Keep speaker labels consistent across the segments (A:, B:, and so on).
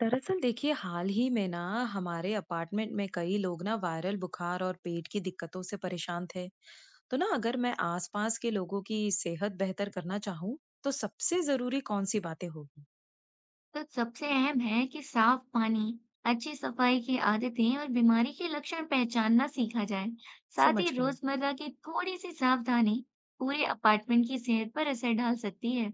A: दरअसल देखिए हाल ही में ना हमारे अपार्टमेंट में कई लोग ना वायरल बुखार और पेट की दिक्कतों से परेशान थे। तो ना अगर मैं आसपास के लोगों की सेहत बेहतर करना चाहूँ, तो सबसे जरूरी कौन सी बातें होगी।
B: तो सबसे अहम है कि साफ पानी, अच्छी सफाई की आदतें और बीमारी के लक्षण पहचानना सीखा जाए। साथ
A: समझ
B: ही
A: गई।
B: रोजमर्रा की थोड़ी सी सावधानी पूरे अपार्टमेंट की सेहत पर असर डाल सकती है।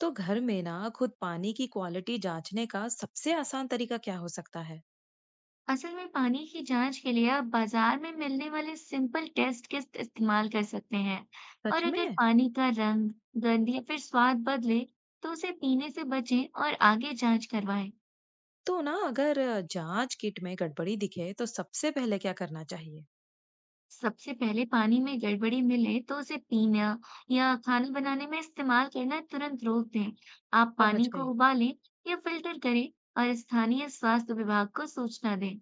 A: तो घर में ना खुद पानी की क्वालिटी जांचने का सबसे आसान तरीका क्या हो सकता है।
B: असल में पानी की जांच के लिए आप बाजार में मिलने वाले सिंपल टेस्ट किट इस्तेमाल कर सकते हैं।
A: सच
B: और अगर
A: में।
B: पानी का रंग, गंध या फिर स्वाद बदले, तो उसे पीने से बचें और आगे जांच करवाएं।
A: तो ना अगर जांच किट में गड़बड़ी दिखे तो सबसे पहले क्या करना चाहिए।
B: सबसे पहले पानी में गड़बड़ी मिले तो उसे पीना या खाना बनाने में इस्तेमाल करना तुरंत रोक दें। आप
A: समझ
B: पानी को
A: गई।
B: उबालें या फिल्टर करें और स्थानीय स्वास्थ्य विभाग को सूचना दें।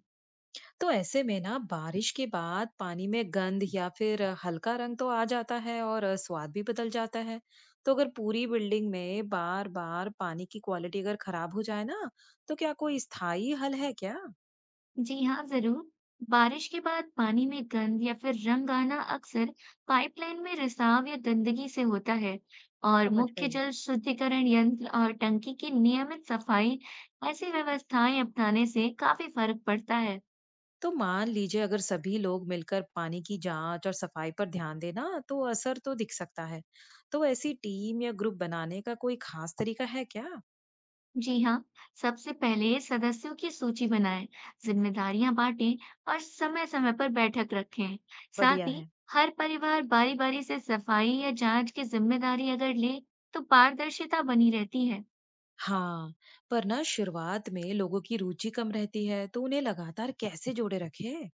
A: तो ऐसे में ना बारिश के बाद पानी में गंध या फिर हल्का रंग तो आ जाता है और स्वाद भी बदल जाता है। तो अगर पूरी बिल्डिंग में बार बार पानी की क्वालिटी अगर खराब हो जाए ना, तो क्या कोई स्थायी हल है क्या।
B: जी हाँ, जरूर। बारिश के बाद पानी में गंध या फिर रंग आना अक्सर पाइपलाइन में रिसाव या गंदगी से होता है, और
A: समझ
B: मुख्य
A: गई।
B: जल शुद्धिकरण यंत्र और टंकी की नियमित सफाई, ऐसी व्यवस्थाएं अपनाने से काफी फर्क पड़ता है।
A: तो मान लीजिए अगर सभी लोग मिलकर पानी की जांच और सफाई पर ध्यान देना तो असर तो दिख सकता है। तो ऐसी टीम या ग्रुप बनाने का कोई खास तरीका है क्या।
B: जी हाँ, सबसे पहले सदस्यों की सूची बनाएं, जिम्मेदारियां बांटें और समय-समय पर बैठक रखें। साथ
A: बढ़िया
B: ही
A: है।
B: हर परिवार बारी-बारी से सफाई या जांच की जिम्मेदारी अगर ले, तो पारदर्शिता बनी रहती है।
A: हाँ, पर ना शुरुआत में लोगों की रुचि कम रहती है, तो उन्हें लगातार कैसे जोड़े रखें?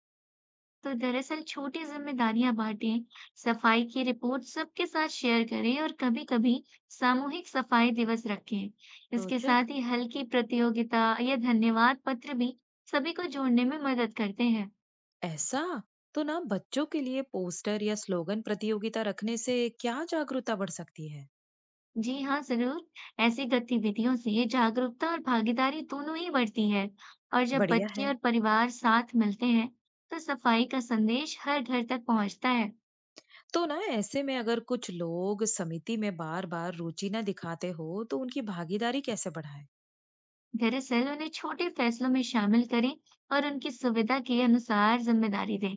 B: तो दरअसल छोटी जिम्मेदारियां बांटें, सफाई की रिपोर्ट सबके साथ शेयर करें और कभी-कभी सामूहिक सफाई दिवस रखें। इसके
A: रोचक।
B: साथ ही हल्की प्रतियोगिता या धन्यवाद पत्र भी सभी को जोड़ने में मदद करते हैं।
A: ऐसा। तो ना बच्चों के लिए पोस्टर या स्लोगन प्रतियोगिता रखने से क्या जागरूकता बढ़ सकती है?
B: जी हाँ, ज़रूर। ऐसी गतिविधियों से जागरूकता और भागीदारी दोनों ही बढ़ती है, और जब
A: बढ़िया
B: बच्चे
A: है।
B: और परिवार साथ मिलते हैं, तो सफाई का संदेश हर घर तक पहुंचता है।
A: तो ना ऐसे में अगर कुछ लोग समिति में बार-बार रुचि ना दिखाते हो, तो उनकी भागीदारी कैसे बढ़ाए?
B: दरअसल, उन्हें छोटे फैसलों में शामिल करें और उनकी सुविधा के अनुसार जिम्मेदारी दें।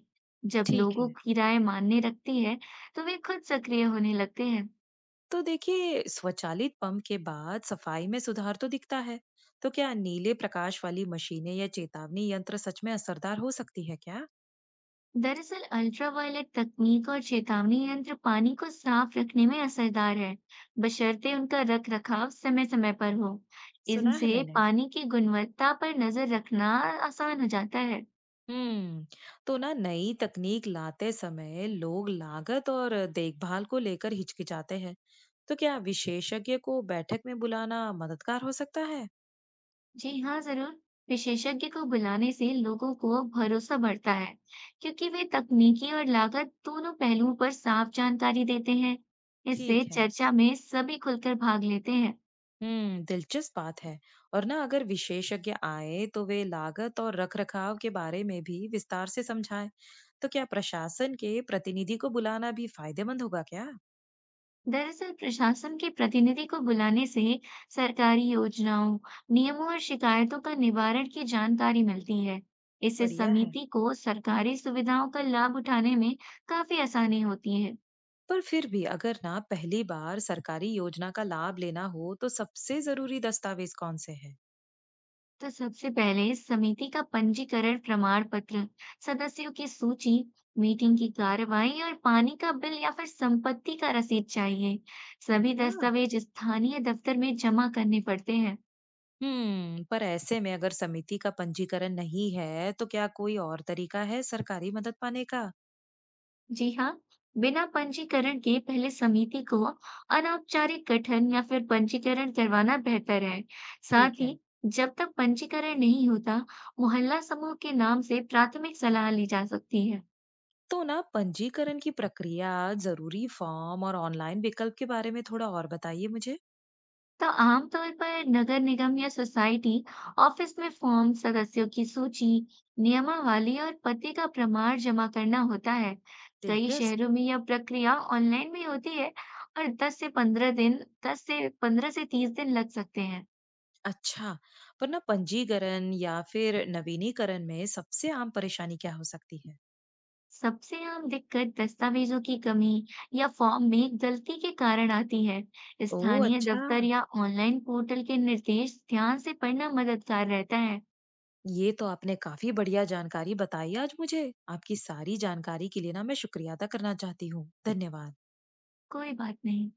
B: जब
A: ठीक है।
B: लोगों की राय मायने रखती है, तो वे खुद सक्रिय होने लगते हैं।
A: तो देखिए स्वचालित पंप के बाद सफाई में सुधार तो दिखता है। तो क्या नीले प्रकाश वाली मशीनें या चेतावनी यंत्र सच में असरदार हो सकती है क्या।
B: दरअसल अल्ट्रावायलेट तकनीक और चेतावनी यंत्र पानी को साफ रखने में असरदार है, बशर्ते उनका रख रखाव समय समय पर हो।
A: सुना है
B: इनसे
A: मैंने।
B: पानी की गुणवत्ता पर नजर रखना आसान हो जाता है।
A: हम्म। तो ना नई तकनीक लाते समय लोग लागत और देखभाल को लेकर हिचकिचाते हैं। तो क्या विशेषज्ञ को बैठक में बुलाना मददगार हो सकता है।
B: जी हाँ, जरूर। विशेषज्ञ को बुलाने से लोगों को भरोसा बढ़ता है, क्योंकि वे तकनीकी और लागत दोनों पहलुओं पर साफ जानकारी देते हैं। इससे
A: ठीक है।
B: चर्चा में सभी खुलकर भाग लेते हैं।
A: हम्म, दिलचस्प बात है। और ना अगर विशेषज्ञ आए तो वे लागत और रखरखाव के बारे में भी विस्तार से समझाएं। तो क्या प्रशासन के प्रतिनिधि को बुलाना भी फायदेमंद होगा क्या।
B: दरअसल प्रशासन के प्रतिनिधि को बुलाने से सरकारी योजनाओं, नियमों और शिकायतों का निवारण की जानकारी मिलती है। इससे
A: बढ़िया है।
B: समिति को सरकारी सुविधाओं का लाभ उठाने में काफी आसानी होती है।
A: पर फिर भी अगर ना पहली बार सरकारी योजना का लाभ लेना हो तो सबसे जरूरी दस्तावेज कौन से हैं।
B: तो सबसे पहले समिति का पंजीकरण प्रमाण पत्र, सदस्यों की सूची, मीटिंग की कार्यवाही और पानी का बिल या फिर संपत्ति का रसीद चाहिए। सभी
A: ऐसा।
B: दस्तावेज स्थानीय दफ्तर में जमा करने पड़ते हैं।
A: हम्म, पर ऐसे में अगर समिति का पंजीकरण नहीं है तो क्या कोई और तरीका है सरकारी मदद पाने का।
B: जी हाँ। बिना पंजीकरण के पहले समिति को अनौपचारिक गठन या फिर पंजीकरण करवाना बेहतर है। साथ
A: ठीक
B: ही,
A: है।
B: जब तक पंजीकरण नहीं होता, मोहल्ला समूह के नाम से प्राथमिक सलाह ली जा सकती है।
A: तो ना पंजीकरण की प्रक्रिया, जरूरी फॉर्म और ऑनलाइन विकल्प के बारे में थोड़ा और बताइए मुझे।
B: तो आमतौर पर नगर निगम या सोसाइटी ऑफिस में फॉर्म, सदस्यों की सूची, नियमावली और पते का प्रमाण जमा करना होता है। कई
A: दिलचस्प।
B: शहरों में यह प्रक्रिया ऑनलाइन भी होती है, और 10 से 15 से 30 दिन लग सकते हैं।
A: अच्छा, पर ना पंजीकरण या फिर नवीनीकरण में सबसे आम परेशानी क्या हो सकती है?
B: सबसे आम दिक्कत दस्तावेजों की कमी या फॉर्म में गलती के कारण आती है।
A: ओह
B: स्थानीय
A: अच्छा।
B: दफ्तर या ऑनलाइन पोर्टल के निर्देश ध्यान से पढ़ना मददगार रहता है।
A: ये तो आपने काफी बढ़िया जानकारी बताई आज मुझे। आपकी सारी जानकारी के लिए ना मैं शुक्रिया अदा करना चाहती हूँ। धन्यवाद।
B: कोई बात नहीं।